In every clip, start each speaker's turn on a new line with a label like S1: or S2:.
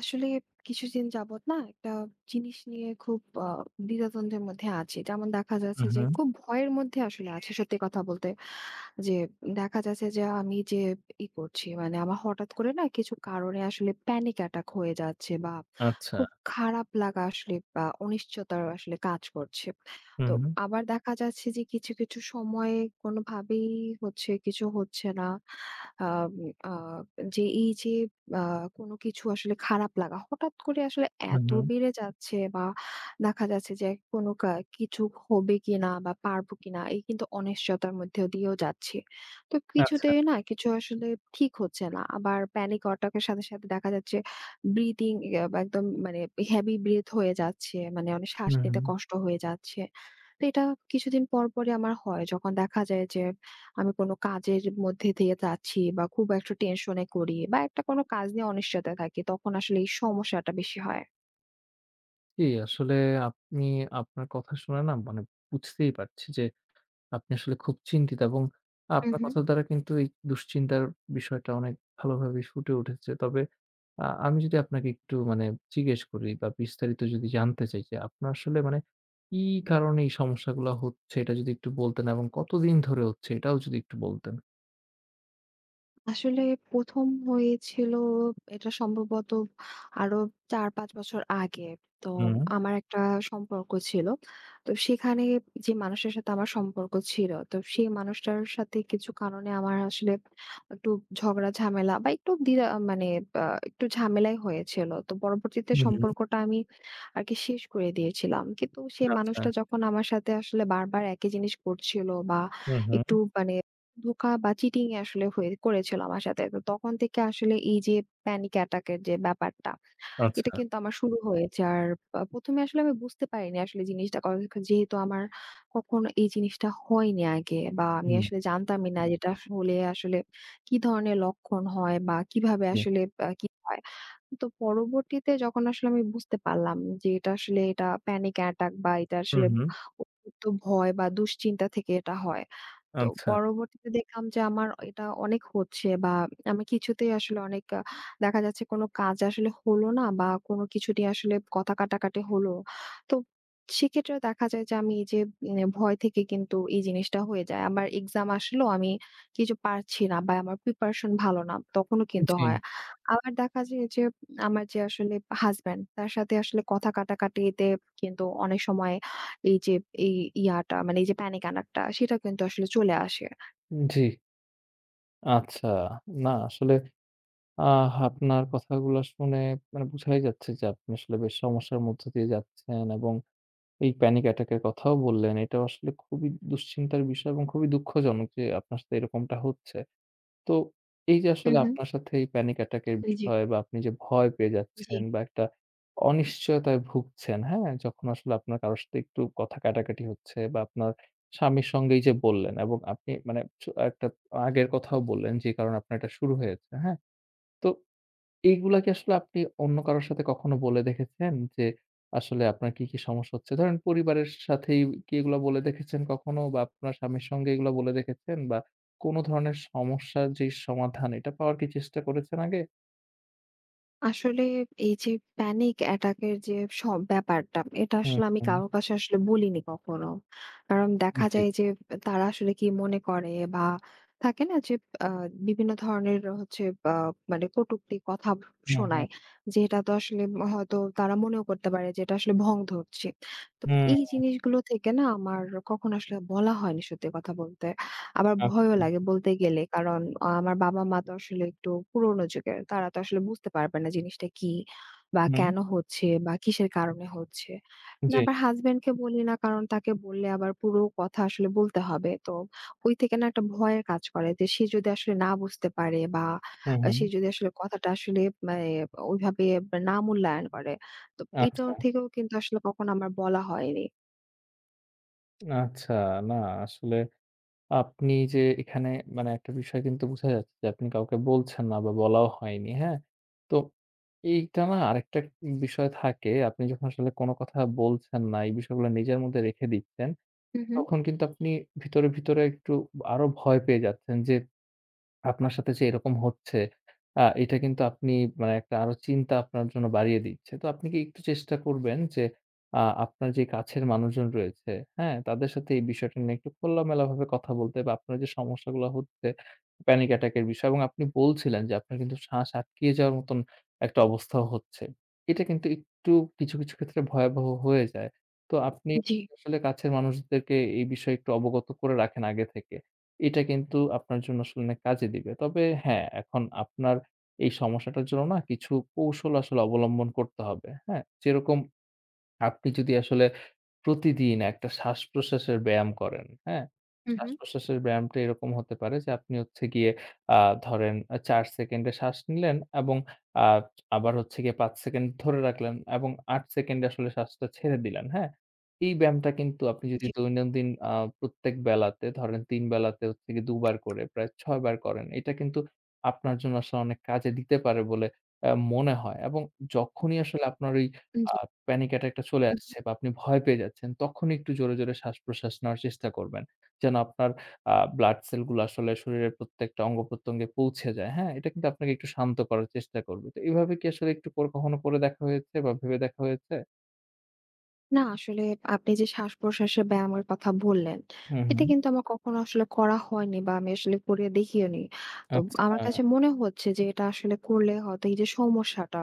S1: আসলে কিছুদিন যাবত না একটা জিনিস নিয়ে খুব আ দ্বিধাদ্বন্দ্বের মধ্যে আছি। যেমন দেখা যাচ্ছে
S2: হুম,
S1: যে
S2: হুম।
S1: খুব ভয়ের মধ্যে আসলে আছি, সত্যি কথা বলতে। যে দেখা যাচ্ছে যে আমি যে ই করছি, মানে আমার হঠাৎ করে না কিছু কারণে আসলে প্যানিক অ্যাটাক হয়ে যাচ্ছে বা
S2: আচ্ছা।
S1: খুব খারাপ লাগা আসলে বা অনিশ্চয়তার আসলে কাজ করছে। তো
S2: হুম, হুম।
S1: আবার দেখা যাচ্ছে যে কিছু, কিছু সময়ে কোনোভাবেই হচ্ছে, কিছু হচ্ছে না। আম আ যে এই যে আ কোনো কিছু আসলে খারাপ লাগা হঠাৎ করে আসলে
S2: হুম,
S1: এত
S2: হুম।
S1: বেড়ে যাচ্ছে, বা দেখা যাচ্ছে যে কোনো কিছু হবে কিনা বা পারবো কিনা, এই কিন্তু অনিশ্চয়তার মধ্যে দিয়েও যাচ্ছি। তো
S2: আচ্ছা।
S1: কিছুতেই না কিছু আসলে ঠিক হচ্ছে না। আবার প্যানিক অ্যাটাক এর সাথে, সাথে দেখা যাচ্ছে ব্রিথিং একদম, মানে হেভি ব্রেথ হয়ে যাচ্ছে। মানে অনেক শ্বাস
S2: হুম, হুম।
S1: নিতে কষ্ট হয়ে যাচ্ছে। তো এটা কিছুদিন পর পরই আমার হয়, যখন দেখা যায় যে আমি কোনো কাজের মধ্যে দিয়ে যাচ্ছি বা খুব একটা টেনশনে করি বা একটা কোনো কাজ নিয়ে অনিশ্চয়তা থাকি, তখন আসলে এই সমস্যাটা বেশি হয়।
S2: জি, আসলে আপনি আপনার কথা শুনে না মানে বুঝতেই পারছি যে আপনি আসলে খুব চিন্তিত এবং
S1: হুম
S2: আপনার
S1: হুম।
S2: কথার দ্বারা কিন্তু এই দুশ্চিন্তার বিষয়টা অনেক ভালোভাবে ফুটে উঠেছে। তবে আমি যদি আপনাকে একটু মানে জিজ্ঞেস করি বা বিস্তারিত যদি জানতে চাই যে আপনার আসলে মানে কি কারণে এই সমস্যাগুলা হচ্ছে এটা যদি একটু বলতেন এবং কতদিন ধরে হচ্ছে এটাও যদি একটু বলতেন?
S1: আসলে ১ম হয়েছিল এটা সম্ভবত আরো ৪-৫ বছর আগে। তো
S2: হুম,
S1: আমার একটা সম্পর্ক ছিল। তো সেখানে যে মানুষের সাথে আমার সম্পর্ক ছিল, তো সেই মানুষটার সাথে কিছু কারণে আমার আসলে একটু ঝগড়া ঝামেলা বা একটু দ্বিধা, মানে আ একটু ঝামেলাই হয়েছিল। তো পরবর্তীতে
S2: হুম,
S1: সম্পর্কটা আমি আরকি শেষ করে দিয়েছিলাম। কিন্তু সেই
S2: আচ্ছা।
S1: মানুষটা যখন আমার সাথে আসলে বারবার একই জিনিস করছিল বা
S2: হুম,
S1: একটু,
S2: হুম।
S1: মানে ধোঁকা বা চিটিং এ আসলে হয়ে করেছিল আমার সাথে। তো তখন থেকে আসলে এই যে প্যানিক অ্যাটাক এর যে ব্যাপারটা, এটা
S2: আচ্ছা।
S1: কিন্তু আমার শুরু হয়েছে। আর ১ম এ আসলে আমি বুঝতে পারিনি, আসলে জিনিসটা যেহেতু আমার কখনো এই জিনিসটা হয়নি আগে, বা আমি
S2: হুম।
S1: আসলে জানতামই না যে এটা হলে আসলে কি ধরনের লক্ষণ হয় বা কিভাবে
S2: জি।
S1: আসলে কি হয়। তো পরবর্তীতে যখন আসলে আমি বুঝতে পারলাম যে এটা আসলে, এটা প্যানিক অ্যাটাক, বা এটা আসলে
S2: হুম, হুম।
S1: অতিরিক্ত ভয় বা দুশ্চিন্তা থেকে এটা হয়। তো
S2: আচ্ছা।
S1: পরবর্তীতে দেখলাম যে আমার এটা অনেক হচ্ছে, বা আমি কিছুতেই আসলে অনেক দেখা যাচ্ছে, কোনো কাজ আসলে হলো না বা কোনো কিছু নিয়ে আসলে কথা কাটাকাটি হলো। তো সেক্ষেত্রে দেখা যায় যে আমি এই যে, মানে ভয় থেকে কিন্তু এই জিনিসটা হয়ে যায়। আমার এক্সাম আসলেও আমি কিছু পারছি না বা আমার প্রিপারেশন ভালো না, তখনও কিন্তু
S2: জি,
S1: হয়। আবার দেখা যায় যে আমার যে আসলে হাসব্যান্ড, তার সাথে আসলে কথা কাটাকাটিতে কিন্তু অনেক সময় এই যে, এই ইয়াটা, মানে এই যে প্যানিক অ্যাটাকটা, সেটা কিন্তু আসলে চলে আসে।
S2: জি। আচ্ছা। না আসলে আহ আপনার কথাগুলা শুনে মানে বুঝাই যাচ্ছে যে আপনি আসলে বেশ সমস্যার মধ্য দিয়ে যাচ্ছেন এবং এই প্যানিক অ্যাটাক এর কথাও বললেন। এটাও আসলে খুবই দুশ্চিন্তার বিষয় এবং খুবই দুঃখজনক যে আপনার সাথে এরকমটা হচ্ছে। তো এই যে
S1: হু,
S2: আসলে
S1: হু।
S2: আপনার সাথে এই প্যানিক অ্যাটাক এর
S1: জি,
S2: বিষয় বা আপনি যে ভয় পেয়ে
S1: জি।
S2: যাচ্ছেন বা একটা অনিশ্চয়তায় ভুগছেন, হ্যাঁ? যখন আসলে আপনার কারো সাথে একটু কথা কাটাকাটি হচ্ছে বা আপনার স্বামীর সঙ্গে এই যে বললেন এবং আপনি মানে একটা আগের কথাও বললেন যে কারণে আপনার এটা শুরু হয়েছে, হ্যাঁ? তো এইগুলা কি আসলে আপনি অন্য কারো সাথে কখনো বলে দেখেছেন? যে আসলে আপনার কি, কি সমস্যা হচ্ছে? ধরেন পরিবারের সাথেই কি এগুলা বলে দেখেছেন কখনো? বা আপনার স্বামীর সঙ্গে এগুলা বলে দেখেছেন? বা কোন ধরনের সমস্যার যে সমাধান এটা পাওয়ার কি চেষ্টা করেছেন আগে?
S1: আসলে এই যে প্যানিক অ্যাটাকের যে সব ব্যাপারটা, এটা
S2: হুম,
S1: আসলে আমি
S2: হুম।
S1: কারো কাছে আসলে বলিনি কখনো। কারণ দেখা
S2: জি।
S1: যায় যে তারা আসলে কি মনে করে বা থাকে না যে আ বিভিন্ন ধরনের হচ্ছে আ মানে কটূক্তি কথা
S2: হুম, হুম,
S1: শোনায়। যে এটা তো আসলে, হয়তো তারা মনেও করতে পারে যে এটা আসলে ভং ধরছি। তো
S2: হুম,
S1: এই জিনিসগুলো থেকে না আমার কখনো আসলে বলা হয়নি, সত্যি কথা বলতে। আবার ভয়ও
S2: আচ্ছা।
S1: লাগে বলতে গেলে। কারণ আমার বাবা-মা তো আসলে একটু পুরোনো যুগের। তারা তো আসলে বুঝতে পারবে না জিনিসটা কি বা
S2: হুম,
S1: কেন হচ্ছে বা কিসের কারণে হচ্ছে। না
S2: জি।
S1: আবার হাসব্যান্ডকে বলি না, কারণ তাকে বললে আবার পুরো কথা আসলে বলতে হবে। তো ওই থেকে না একটা ভয়ের কাজ করে যে সে যদি আসলে না বুঝতে পারে, বা
S2: হুম, হুম।
S1: সে যদি আসলে কথাটা আসলে, মানে ওইভাবে না মূল্যায়ন করে। তো এটা
S2: আচ্ছা,
S1: থেকেও কিন্তু আসলে কখনো আমার বলা হয়নি।
S2: আচ্ছা। না আসলে আপনি যে এখানে মানে একটা বিষয় কিন্তু বোঝা যাচ্ছে যে আপনি কাউকে বলছেন না বা বলাও হয়নি, হ্যাঁ? তো এইটা না আরেকটা বিষয় থাকে আপনি যখন আসলে কোনো কথা বলছেন না, এই বিষয়গুলো নিজের মধ্যে রেখে দিচ্ছেন,
S1: হু, হু।
S2: তখন কিন্তু আপনি ভিতরে, ভিতরে একটু আরো ভয় পেয়ে যাচ্ছেন যে আপনার সাথে যে এরকম হচ্ছে, এটা কিন্তু আপনি মানে একটা আরো চিন্তা আপনার জন্য বাড়িয়ে দিচ্ছে। তো আপনি কি একটু চেষ্টা করবেন যে, আপনার যে কাছের মানুষজন রয়েছে, হ্যাঁ? তাদের সাথে এই বিষয়টা নিয়ে একটু খোলামেলাভাবে কথা বলতে বা আপনার যে সমস্যাগুলো হচ্ছে, প্যানিক অ্যাটাক এর বিষয় এবং আপনি বলছিলেন যে আপনার কিন্তু শ্বাস আটকিয়ে যাওয়ার মতন একটা অবস্থাও হচ্ছে। এটা কিন্তু একটু কিছু, কিছু ক্ষেত্রে ভয়াবহ হয়ে যায়। তো আপনি
S1: জি।
S2: আসলে কাছের মানুষদেরকে এই বিষয়ে একটু অবগত করে রাখেন আগে থেকে। এটা কিন্তু আপনার জন্য আসলে অনেক কাজে দিবে। তবে হ্যাঁ, এখন আপনার এই সমস্যাটার জন্য না কিছু কৌশল আসলে অবলম্বন করতে হবে। হ্যাঁ? যেরকম আপনি যদি আসলে প্রতিদিন একটা শ্বাসপ্রশ্বাসের ব্যায়াম করেন, হ্যাঁ?
S1: হু, হু।
S2: শ্বাসপ্রশ্বাসের ব্যায়ামটা এরকম হতে পারে যে আপনি হচ্ছে গিয়ে আ ধরেন ৪ সেকেন্ডে শ্বাস নিলেন এবং আ আবার হচ্ছে গিয়ে ৫ সেকেন্ড ধরে রাখলেন এবং ৮ সেকেন্ডে আসলে শ্বাসটা ছেড়ে দিলেন, হ্যাঁ? এই ব্যায়ামটা কিন্তু আপনি যদি
S1: জি।
S2: দৈনন্দিন প্রত্যেক বেলাতে ধরেন ৩ বেলাতে হচ্ছে গিয়ে ২ বার করে প্রায় ৬ বার করেন। এটা কিন্তু আপনার জন্য আসলে অনেক কাজে দিতে পারে বলে মনে হয় এবং যখনই আসলে আপনার ওই আ
S1: জি।
S2: প্যানিক অ্যাটাক টা চলে আসছে বা আপনি ভয় পেয়ে যাচ্ছেন, তখন একটু জোরে, জোরে শ্বাস-প্রশ্বাস নেওয়ার চেষ্টা করবেন। যেন আপনার ব্লাড সেল গুলো আসলে শরীরের প্রত্যেকটা অঙ্গ-প্রত্যঙ্গে পৌঁছে যায়। হ্যাঁ? এটা কিন্তু আপনাকে একটু শান্ত করার চেষ্টা করবে। তো এভাবে কি আসলে একটু করে কখনো করে দেখা হয়েছে বা ভেবে দেখা হয়েছে?
S1: না আসলে, আপনি যে শ্বাস-প্রশ্বাসের ব্যায়ামের কথা বললেন,
S2: হুম,
S1: এটা
S2: হুম।
S1: কিন্তু আমার কখনো আসলে করা হয়নি বা আমি আসলে করে দেখিনি। তো আমার
S2: আচ্ছা।
S1: কাছে মনে হচ্ছে যে এটা আসলে করলে হয়তো এই যে সমস্যাটা,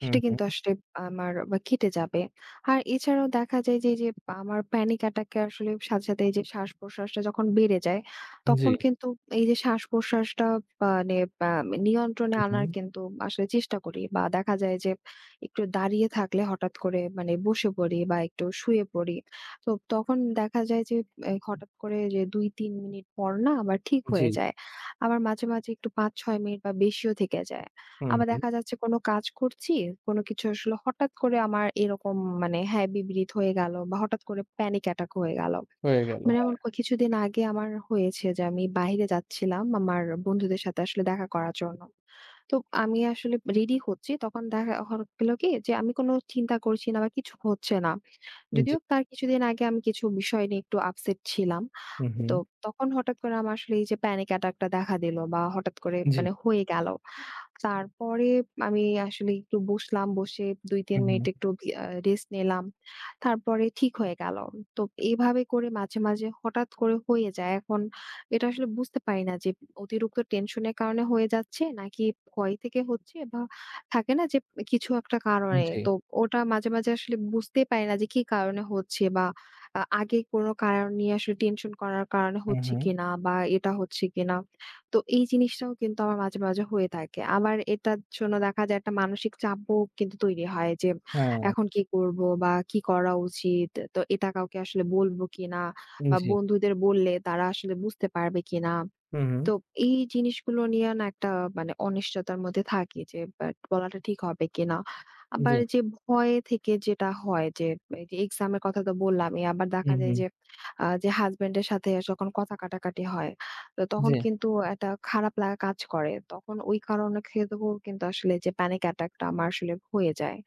S2: হুম,
S1: সেটা
S2: হুম।
S1: কিন্তু আসলে আমার বা কেটে যাবে। আর এছাড়াও দেখা যায় যে, এই যে আমার panic attack এর আসলে সাথে, সাথে এই যে শ্বাস-প্রশ্বাসটা যখন বেড়ে যায়,
S2: জি।
S1: তখন কিন্তু এই যে শ্বাস-প্রশ্বাসটা, মানে আ নিয়ন্ত্রণে
S2: হুম,
S1: আনার
S2: হুম।
S1: কিন্তু আসলে চেষ্টা করি, বা দেখা যায় যে একটু দাঁড়িয়ে থাকলে হঠাৎ করে মানে বসে পড়ি বা একটু শুয়ে পড়ি। তো তখন দেখা যায় যে হঠাৎ করে যে ২-৩ মিনিট পর না আবার ঠিক
S2: জি।
S1: হয়ে যায়। আবার মাঝে, মাঝে একটু ৫-৬ মিনিট বা বেশিও থেকে যায়।
S2: হুম,
S1: আবার
S2: হুম।
S1: দেখা যাচ্ছে কোনো কাজ করছি, কোনো কিছু আসলে হঠাৎ করে আমার এরকম, মানে হ্যাঁ, বিপরীত হয়ে গেল বা হঠাৎ করে প্যানিক অ্যাটাক হয়ে গেল।
S2: হয়ে গেল।
S1: মানে এমন
S2: হ্যাঁ।
S1: কিছুদিন আগে আমার হয়েছে যে আমি বাইরে যাচ্ছিলাম আমার বন্ধুদের সাথে আসলে দেখা করার জন্য। তো আমি আসলে রেডি হচ্ছি, তখন দেখা হলো, গেল কি যে আমি কোনো চিন্তা করছি না বা কিছু হচ্ছে না।
S2: জি।
S1: যদিও তার কিছুদিন আগে আমি কিছু বিষয় নিয়ে একটু আপসেট ছিলাম।
S2: হুম, হুম।
S1: তো তখন হঠাৎ করে আমার আসলে এই যে প্যানিক অ্যাটাক টা দেখা দিল, বা হঠাৎ করে
S2: জি।
S1: মানে হয়ে গেল। তারপরে আমি আসলে একটু বসলাম। বসে ২-৩
S2: হুম,
S1: মিনিট
S2: হুম।
S1: একটু ভি আ রেস্ট নিলাম। তারপরে ঠিক হয়ে গেল। তো এভাবে করে মাঝে, মাঝে হঠাৎ করে হয়ে যায়। এখন এটা আসলে বুঝতে পারি না যে অতিরিক্ত টেনশন এর কারণে হয়ে যাচ্ছে, নাকি ভয় থেকে হচ্ছে, বা থাকে না যে কিছু একটা কারণে।
S2: জি।
S1: তো ওটা মাঝে, মাঝে আসলে বুঝতেই পারি না যে কি কারণে হচ্ছে, বা আগে কোনো কারণ নিয়ে আসলে টেনশন করার কারণে
S2: হুম,
S1: হচ্ছে
S2: হুম।
S1: কিনা বা এটা হচ্ছে কিনা। তো এই জিনিসটাও কিন্তু আমার মাঝে, মাঝে হয়ে থাকে। আবার এটার জন্য দেখা যায় একটা মানসিক চাপও কিন্তু তৈরি হয়, যে
S2: হ্যাঁ।
S1: এখন কি করব বা কি করা উচিত? তো এটা কাউকে আসলে বলব কিনা, বা
S2: জি।
S1: বন্ধুদের বললে তারা আসলে বুঝতে পারবে কিনা?
S2: হুম, হুম।
S1: তো এই জিনিসগুলো নিয়ে না একটা, মানে অনিশ্চয়তার মধ্যে থাকি যে বাট বলাটা ঠিক হবে কিনা। আবার
S2: জি।
S1: যে ভয় থেকে যেটা হয় যে এই যে এক্সাম এর কথা তো বললামই। আবার দেখা
S2: হুম,
S1: যায়
S2: হুম।
S1: যে যে হাসব্যান্ড এর সাথে যখন কথা কাটাকাটি হয়, তো তখন
S2: জি।
S1: কিন্তু একটা খারাপ লাগা কাজ করে। তখন ওই কারণে খেতেও কিন্তু আসলে যে প্যানিক অ্যাটাক টা আমার আসলে হয়ে যায়।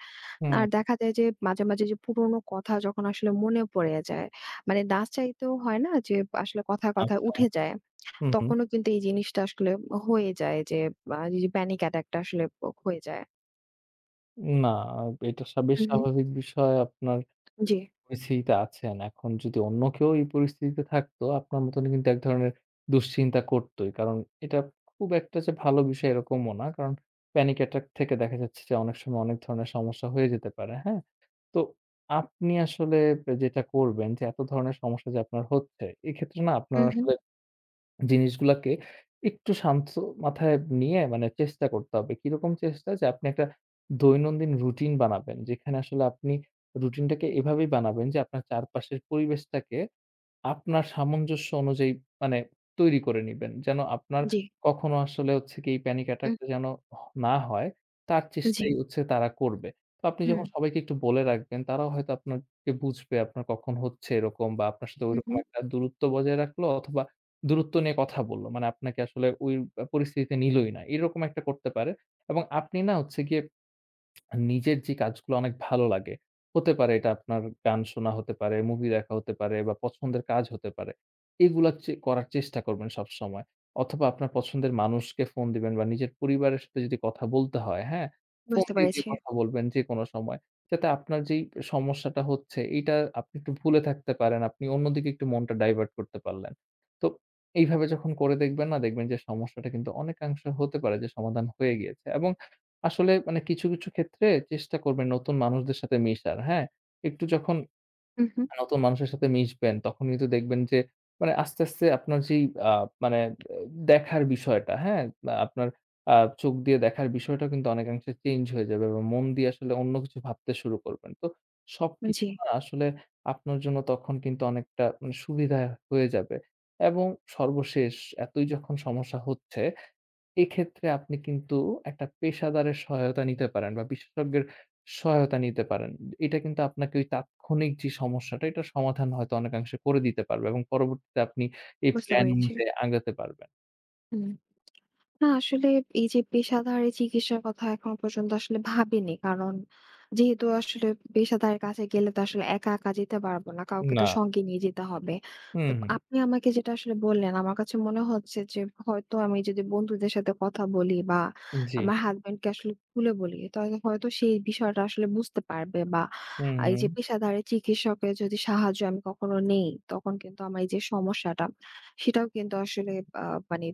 S1: আর
S2: হুম।
S1: দেখা যায় যে মাঝে, মাঝে যে পুরনো কথা যখন আসলে মনে পড়ে যায়, মানে না চাইতেও হয় না যে আসলে কথায়, কথায়
S2: আচ্ছা।
S1: উঠে যায়।
S2: হুম, হুম।
S1: তখনও কিন্তু এই জিনিসটা আসলে হয়ে যায়, যে এই যে প্যানিক অ্যাটাক টা আসলে হয়ে যায়।
S2: না, এটা বেশ
S1: হু, হু।
S2: স্বাভাবিক বিষয়। আপনার
S1: জি।
S2: পরিস্থিতিতে আছেন। এখন যদি অন্য কেউ এই পরিস্থিতিতে থাকতো, আপনার মতনই কিন্তু এক ধরনের দুশ্চিন্তা করতই। কারণ এটা খুব একটা যে ভালো বিষয় এরকমও না। কারণ panic attack থেকে দেখা যাচ্ছে যে অনেক সময় অনেক ধরনের সমস্যা হয়ে যেতে পারে। হ্যাঁ? তো আপনি আসলে যেটা করবেন যে এত ধরনের সমস্যা যে আপনার হচ্ছে, এক্ষেত্রে না
S1: হু,
S2: আপনার
S1: হু।
S2: আসলে জিনিসগুলাকে একটু শান্ত মাথায় নিয়ে মানে চেষ্টা করতে হবে। কিরকম চেষ্টা? যে আপনি একটা দৈনন্দিন রুটিন বানাবেন। যেখানে আসলে আপনি রুটিনটাকে এভাবেই বানাবেন যে আপনার চারপাশের পরিবেশটাকে আপনার সামঞ্জস্য অনুযায়ী মানে তৈরি করে নিবেন। যেন আপনার
S1: জি।
S2: কখনো আসলে হচ্ছে কি এই প্যানিক অ্যাটাক
S1: উহ
S2: টা যেন না হয়, তার
S1: জি।
S2: চেষ্টাই হচ্ছে তারা করবে। তো আপনি
S1: হুম।
S2: যখন সবাইকে একটু বলে রাখবেন, তারাও হয়তো আপনাকে বুঝবে আপনার কখন হচ্ছে এরকম বা আপনার সাথে
S1: হু, হু।
S2: ঐরকম একটা দূরত্ব বজায় রাখলো অথবা দূরত্ব নিয়ে কথা বলল। মানে আপনাকে আসলে ওই পরিস্থিতিতে নিলই না। এরকম একটা করতে পারে এবং আপনি না হচ্ছে গিয়ে নিজের যে কাজগুলো অনেক ভালো লাগে, হতে পারে এটা আপনার গান শোনা হতে পারে, মুভি দেখা হতে পারে বা পছন্দের কাজ হতে পারে। এগুলা করার চেষ্টা করবেন সবসময়। অথবা আপনার পছন্দের মানুষকে ফোন দিবেন বা নিজের পরিবারের সাথে যদি কথা বলতে হয়, হ্যাঁ? ফোন
S1: বুঝতে
S2: দিয়ে, দিয়ে
S1: পেরেছি।
S2: কথা বলবেন যেকোনো সময়। যাতে আপনার যেই সমস্যাটা হচ্ছে এইটা আপনি একটু ভুলে থাকতে পারেন। আপনি অন্যদিকে একটু মনটা ডাইভার্ট করতে পারলেন। তো এইভাবে যখন করে দেখবেন না দেখবেন যে সমস্যাটা কিন্তু অনেকাংশে হতে পারে যে সমাধান হয়ে গিয়েছে এবং আসলে মানে কিছু, কিছু ক্ষেত্রে চেষ্টা করবেন নতুন মানুষদের সাথে মিশার, হ্যাঁ? একটু যখন
S1: হু, হু।
S2: নতুন মানুষের সাথে মিশবেন তখন কিন্তু দেখবেন যে মানে আস্তে, আস্তে আপনার যেই আ মানে আহ, দেখার বিষয়টা, হ্যাঁ? বা আপনার আ চোখ দিয়ে দেখার বিষয়টা কিন্তু অনেকাংশে চেঞ্জ হয়ে যাবে এবং মন দিয়ে আসলে অন্য কিছু ভাবতে শুরু করবেন। তো
S1: জি।
S2: সবকিছু না আসলে আপনার জন্য তখন কিন্তু অনেকটা মানে সুবিধা হয়ে যাবে এবং সর্বশেষ এতই যখন সমস্যা হচ্ছে এক্ষেত্রে আপনি কিন্তু একটা পেশাদারের সহায়তা নিতে পারেন বা বিশেষজ্ঞের সহায়তা নিতে পারেন। এটা কিন্তু আপনাকে ওই তাৎক্ষণিক যে সমস্যাটা, এটার সমাধান হয়তো অনেকাংশে করে দিতে পারবে এবং পরবর্তীতে আপনি এই
S1: বুঝতে
S2: প্ল্যান
S1: পেরেছি।
S2: অনুযায়ী আগাতে পারবেন।
S1: হুম। না আসলে, এই যে পেশাদার চিকিৎসার কথা এখন পর্যন্ত আসলে ভাবিনি। কারণ যেহেতু আসলে পেশাদারের কাছে গেলে তো আসলে একা, একা যেতে পারব না। কাউকে তো
S2: না।
S1: সঙ্গে নিয়ে যেতে হবে। তো
S2: হুম, হুম।
S1: আপনি আমাকে যেটা আসলে বললেন, আমার কাছে মনে হচ্ছে যে হয়তো আমি যদি বন্ধুদের সাথে কথা বলি বা
S2: জি।
S1: আমার হাসব্যান্ডকে আসলে খুলে বলি, তাহলে হয়তো সেই বিষয়টা আসলে বুঝতে পারবে, বা
S2: হুম,
S1: এই
S2: হুম।
S1: যে পেশাদারের চিকিৎসকের যদি সাহায্য আমি কখনো নেই, তখন কিন্তু আমার এই যে সমস্যাটা, সেটাও কিন্তু আসলে আ মানে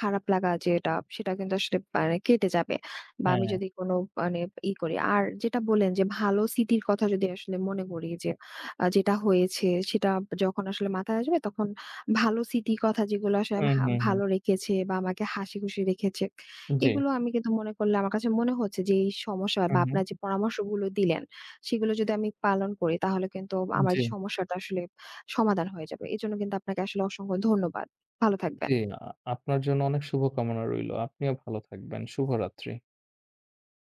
S1: খারাপ লাগা যেটা, সেটা কিন্তু আসলে মানে কেটে যাবে। বা আমি
S2: হ্যাঁ।
S1: যদি কোনো, মানে ই করি। আর যেটা বললেন যে ভালো স্মৃতির কথা যদি আসলে মনে করি যে যেটা হয়েছে, সেটা যখন আসলে মাথায় আসবে, তখন ভালো স্মৃতির কথা, যেগুলো আসলে
S2: হুম, হুম, হুম।
S1: ভালো রেখেছে বা আমাকে হাসিখুশি রেখেছে।
S2: জি।
S1: এগুলো আমি কিন্তু মনে করলে আমার কাছে মনে হচ্ছে যে এই সমস্যা বা
S2: হুম, হুম।
S1: আপনার যে পরামর্শগুলো দিলেন, সেগুলো যদি আমি পালন করি, তাহলে কিন্তু আমার
S2: জি,
S1: যে সমস্যাটা আসলে সমাধান হয়ে যাবে। এজন্য কিন্তু আপনাকে আসলে অসংখ্য ধন্যবাদ। ভালো থাকবেন।
S2: জি। আপনার জন্য অনেক শুভকামনা রইলো। আপনিও ভালো থাকবেন। শুভরাত্রি।